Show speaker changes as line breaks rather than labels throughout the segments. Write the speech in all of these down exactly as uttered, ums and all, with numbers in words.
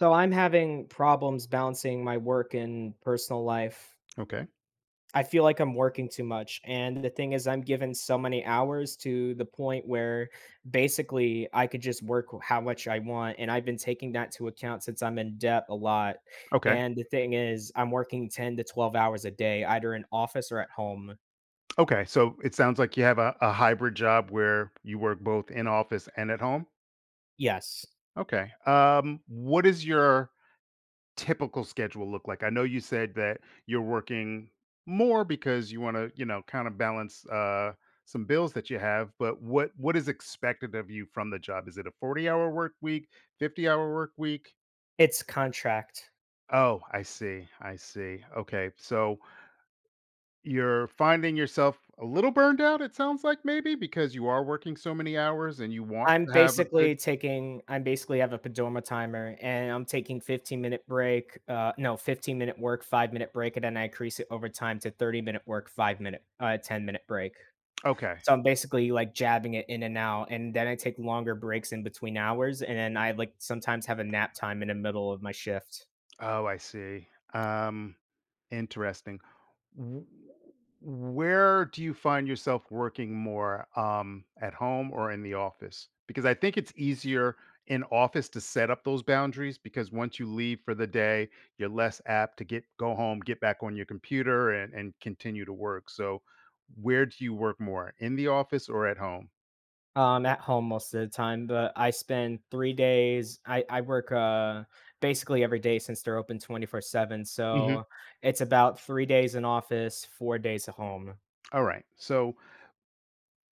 So I'm having problems balancing my work and personal life.
Okay.
I feel like I'm working too much. And the thing is, I'm given so many hours to the point where basically I could just work how much I want. And I've been taking that to account since I'm in debt a lot.
Okay.
And the thing is, I'm working ten to twelve hours a day, either in office or at home.
Okay. So it sounds like you have a, a hybrid job where you work both in office and at home.
Yes,
Okay. Um, what does your typical schedule look like? I know you said that you're working more because you want to, you know, kind of balance uh, some bills that you have. But what what is expected of you from the job? Is it a forty hour work week, fifty hour work week?
it's contract.
Oh, I see. I see. Okay. So you're finding yourself a little burned out, it sounds like maybe because you are working so many hours and you want
I'm
to have a good.
basically taking I'm basically have a Padoma timer, and I'm taking fifteen-minute break, uh, no, fifteen-minute work, five-minute break, and then I increase it over time to thirty-minute work, five-minute uh, ten-minute break.
Okay.
So I'm basically, like, jabbing it in and out, and then I take longer breaks in between hours, and then I, like, sometimes have a nap time in the middle of my shift.
Oh, I see. Um, interesting. W- Where do you find yourself working more, um, at home or in the office? Because I think it's easier in office to set up those boundaries because once you leave for the day, you're less apt to get go home, get back on your computer and, and continue to work. So where do you work more? In the office or at home?
Um, at home most of the time, but I spend three days I I work, uh, basically every day since they're open twenty-four seven,
Mhm.
so it's about three days in office, four days at home.
All right. So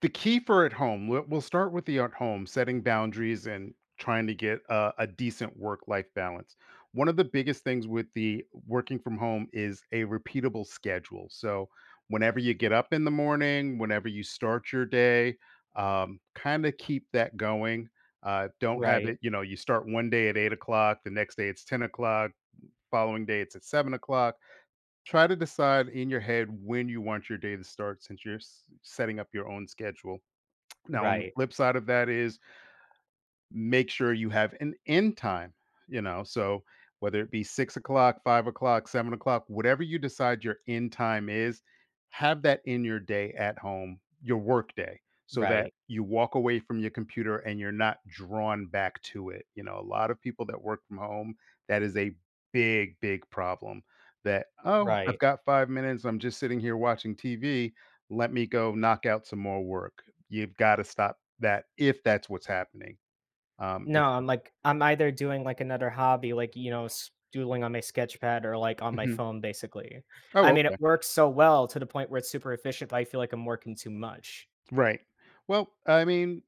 the key for at home, we'll, we'll start with the at home, setting boundaries and trying to get a, a decent work life balance. One of the biggest things with the working from home is a repeatable schedule. So whenever you get up in the morning, whenever you start your day, um, kind of keep that going. Uh, don't have
Right,
it you know You start one day at eight o'clock, the next day it's ten o'clock, following day it's at seven o'clock. Try to decide in your head when you want your day to start, since you're s- setting up your own schedule. Now, on the
right,
flip side of that is, make sure you have an end time, you know? So whether it be six o'clock, five o'clock, seven o'clock, whatever you decide your end time is, have that in your day at home, your work day, so that
right,
you walk away from your computer and you're not drawn back to it. You know, a lot of people that work from home, that is a big, big problem. That, oh, I've
right.
got five minutes. I'm just sitting here watching T V. Let me go knock out some more work. You've got to stop that if that's what's happening. Um,
No,
it's
I'm, like I'm either doing, like, another hobby, like, you know, s- doodling on my sketch pad or, like, on my
Mhm.
phone, basically.
Oh,
I mean, it
okay.
works so well to the point where it's super efficient, but I feel like I'm working too much.
Right. Well, I mean,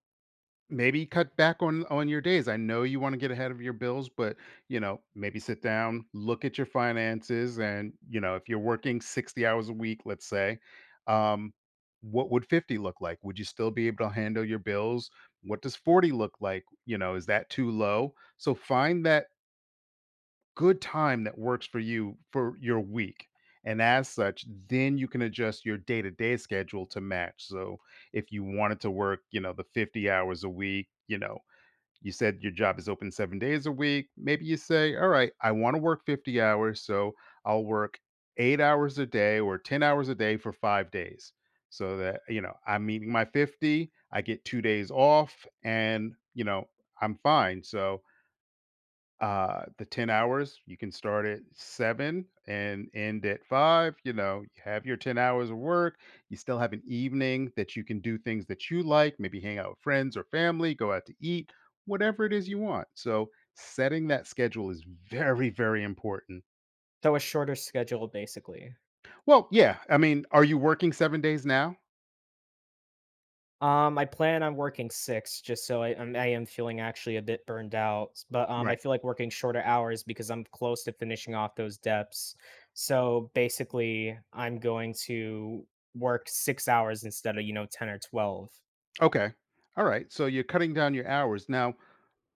maybe cut back on on your days. I know you want to get ahead of your bills, but, you know, maybe sit down, look at your finances, and, you know, if you're working sixty hours a week, let's say, um, what would fifty look like? Would you still be able to handle your bills? What does forty look like? You know, is that too low? So find that good time that works for you for your week. And as such, then you can adjust your day to day schedule to match. So if you wanted to work, you know, the fifty hours a week, you know, you said your job is open seven days a week. Maybe you say, all right, I want to work fifty hours. So I'll work eight hours a day or ten hours a day for five days so that, you know, I'm meeting my fifty, I get two days off, and, you know, I'm fine. So, uh, the ten hours, you can start at seven and end at five. You know, you have your ten hours of work, you still have an evening that you can do things that you like, maybe hang out with friends or family, go out to eat, whatever it is you want. So, setting that schedule is very, very important.
So a shorter schedule, basically.
Well, yeah, I mean, are you working seven days now?
Um, I plan on working six just so I I'm I am feeling actually a bit burned out, but, um, I
Right.
feel like working shorter hours because I'm close to finishing off those depths. So, basically, I'm going to work six hours instead of, you know, ten or twelve.
Okay. All right. So you're cutting down your hours. Now,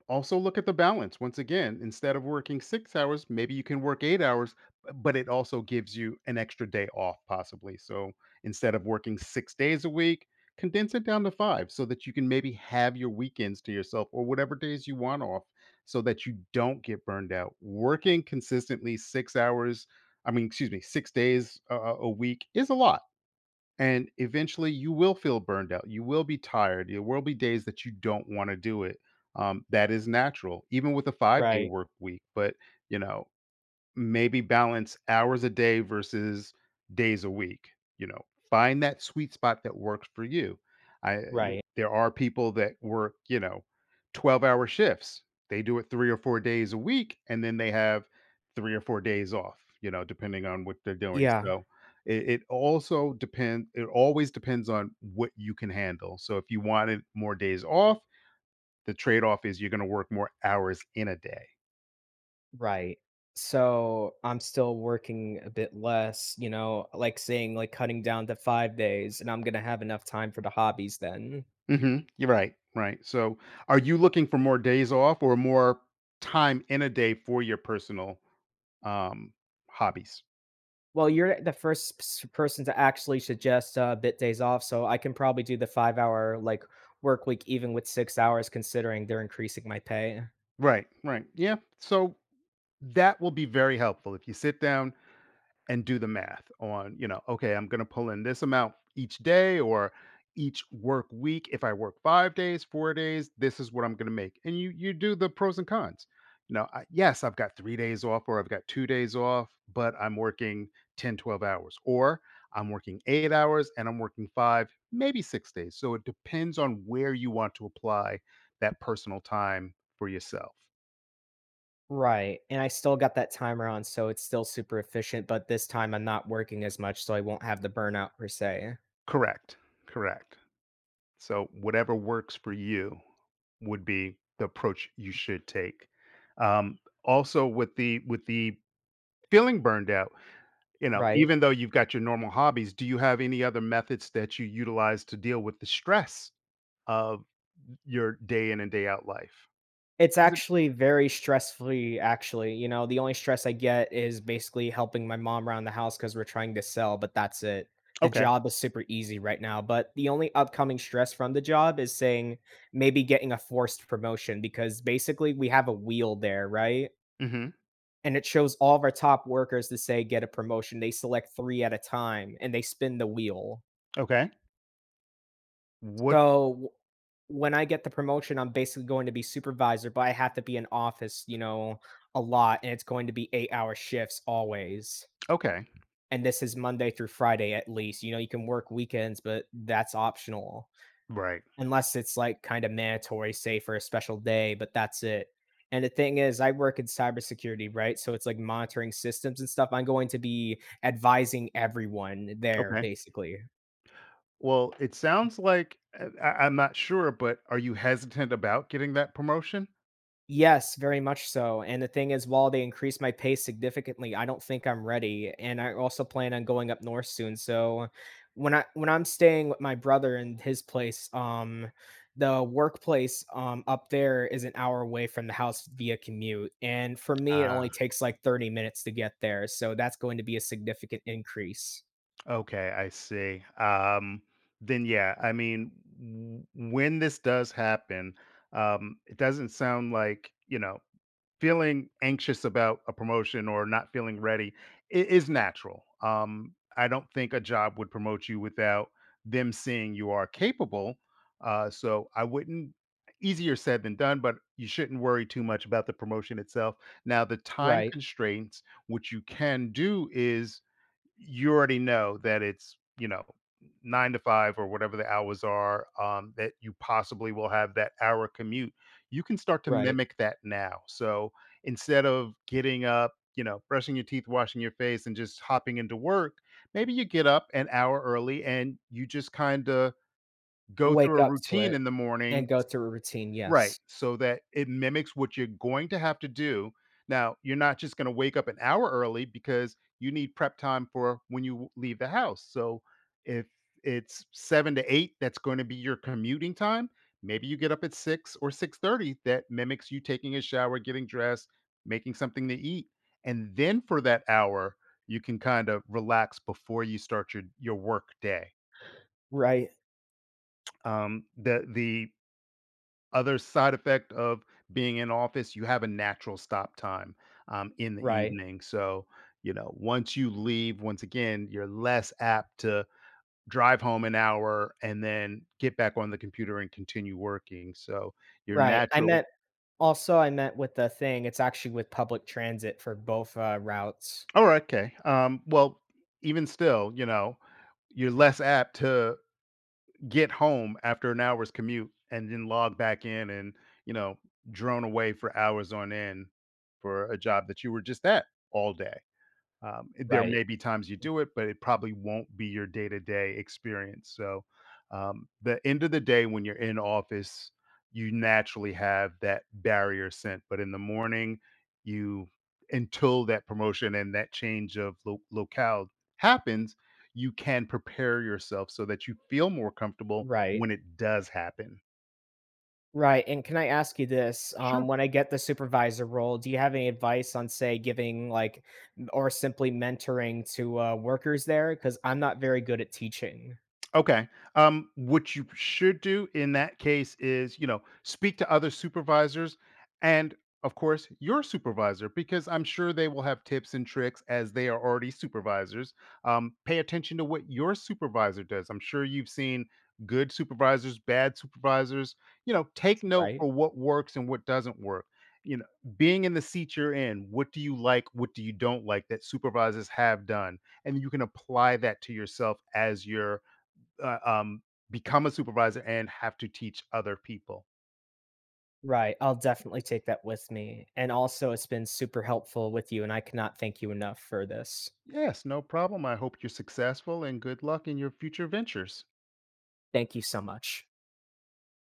also, look at the balance. Once again, instead of working six hours, maybe you can work eight hours, b- but it also gives you an extra day off, possibly. So instead of working six days a week, condense it down to five so that you can maybe have your weekends to yourself or whatever days you want off so that you don't get burned out. Working consistently six hours, I mean, excuse me, six days uh, a a week is a lot. And eventually you will feel burned out. You will be tired. There will be days that you don't want to do it. Um, that is natural, even with a five day
Right,
work week. But, you know, Maybe balance hours a day versus days a week, you know? Find that sweet spot that works for you. I uh, y
right.
There are people that work, you know, twelve-hour shifts. They do it three or four days a week, and then they have three or four days off, you know, depending on what they're doing,
Yeah,
so it it also depends. It always depends on what you can handle, so if you wanted more days off, the trade-off is you're gonna work more hours in a day.
right. So, I'm still working a bit less, you know, like saying, like, cutting down to five days, and I'm gonna have enough time for the hobbies then.
Mhm. You're right, right. So, are you looking for more days off or more time in a day for your personal, um, hobbies?
Well, you're the first s- person to actually suggest uh, bit days off, so I can probably do the five hour like work week even with six hours, considering they're increasing my pay.
Right, right. Yeah, so that will be very helpful if you sit down and do the math on, you know, okay, I'm going to pull in this amount each day or each work week. If I work five days, four days, this is what I'm going to make. And you you do the pros and cons. You know, I, yes, I've got three days off or I've got two days off, but I'm working ten twelve hours or I'm working eight hours and I'm working five, maybe six days. So it depends on where you want to apply that personal time for yourself.
Right, and I still got that timer on, so it's still super efficient. But this time I'm not working as much, so I won't have the burnout per se.
Correct. Correct. So whatever works for you would be the approach you should take. Um, also, with the with the feeling burned out, you know,
Right.
even though you've got your normal hobbies, do you have any other methods that you utilize to deal with the stress of your day in and day out life?
It's
'Cause it-
actually very stress-free, actually, you know, the only stress I get is basically helping my mom around the house because 'cause we're trying to sell, but that's it. The
okay.
job is super easy right now, but the only upcoming stress from the job is saying maybe getting a forced promotion because basically we have a wheel there, right?
Hmm.
And it shows all of our top workers to say, "Get a promotion." They select three at a time, and they spin the wheel.
Okay. What?
So, w when I get the promotion, I'm basically going to be supervisor, but I have to be in office, you know, a lot, and it's going to be eight-hour shifts always,
Okay.
and this is Monday through Friday at least, you know, you can work weekends, but that's optional,
Right.
unless it's, like, kinda mandatory, say, for a special day, but that's it, and the thing is, I work in cybersecurity, right? So, it's, like, monitoring systems and stuff, I'm going to be advising everyone there,
Okay.
basically.
Well, it sounds like I, I- I'm not sure, but are you hesitant about getting that promotion?
Yes, very much so, and the thing is, while they increase my pace significantly, I don't think I'm ready, and I also plan on going up north soon, so when I when I'm staying with my brother in his place, um, the workplace, um, up there is an hour away from the house via commute, and for me, it only takes, like, thirty minutes to get there, so that's going to be a significant increase.
Okay, I see. Um, then yeah, I mean, w- when this does happen, um, it doesn't sound like you know feeling anxious about a promotion or not feeling ready i- is natural. Um, I don't think a job would promote you without them seeing you are capable. Uh, so I wouldn't. Easier said than done, but you shouldn't worry too much about the promotion itself. Now, the time
Right,
constraints, what you can do is you already know that it's, you know, nine to five or whatever the hours are, um, that you possibly will have that hour commute. You can start to
right.
mimic that now. So instead of getting up, you know, brushing your teeth, washing your face, and just hopping into work, maybe you get up an hour early and you just kind of go through
Wake
a
up to
routine
it
in the
and
morning.
go through a routine,
Right,
yes.
so that it mimics what you're going to have to do. Now, you're not just gonna wake up an hour early because you need prep time for when you leave the house, so if it's seven to eight, that's gonna be your commuting time, maybe you get up at six or six thirty, that mimics you taking a shower, getting dressed, making something to eat, and then for that hour, you can kind of relax before you start your your work day.
Right,
Um, the the other side effect of being in office, you have a natural stop time, um, in the
right,
evening. So, you know, once you leave, once again, you're less apt to drive home an hour and then get back on the computer and continue working, so your
right. I
natural.
meant Also, I meant with the thing, it's actually with public transit for both, uh, routes.
Oh, okay. Um, well, even still, you know, you're less apt to get home after an hour's commute and then log back in and, you know, drone away for hours on end for a job that you were just at all day. Um, there may
Right,
be times you do it, but it probably won't be your day to day experience. So, um, the end of the day, when you're in office, you naturally have that barrier sent. But in the morning, you, until that promotion and that change of lo- locale happens, you can prepare yourself so that you feel more comfortable
right.
when it does happen.
Right, and can I ask you this?
Sure.
Um, when I get the supervisor role, do you have any advice on, say, giving, like, m or simply mentoring to, uh, workers there? Because 'Cause I'm not very good at teaching.
Okay. Um, what you should do in that case is, you know, speak to other supervisors and, of course, your supervisor, because I'm sure they will have tips and tricks as they are already supervisors. Um, pay attention to what your supervisor does. I'm sure you've seen good supervisors, bad supervisors. You know, take note
Right.
for what works and what doesn't work. You know, being in the seat you're in, what do you like? What do you don't like that supervisors have done? And you can apply that to yourself as your uh, um, become a supervisor and have to teach other people.
Right, I'll definitely take that with me, and also, it's been super helpful with you, and I cannot thank you enough for this.
Yes, no problem. I hope you're successful and good luck in your future ventures.
Thank you so much.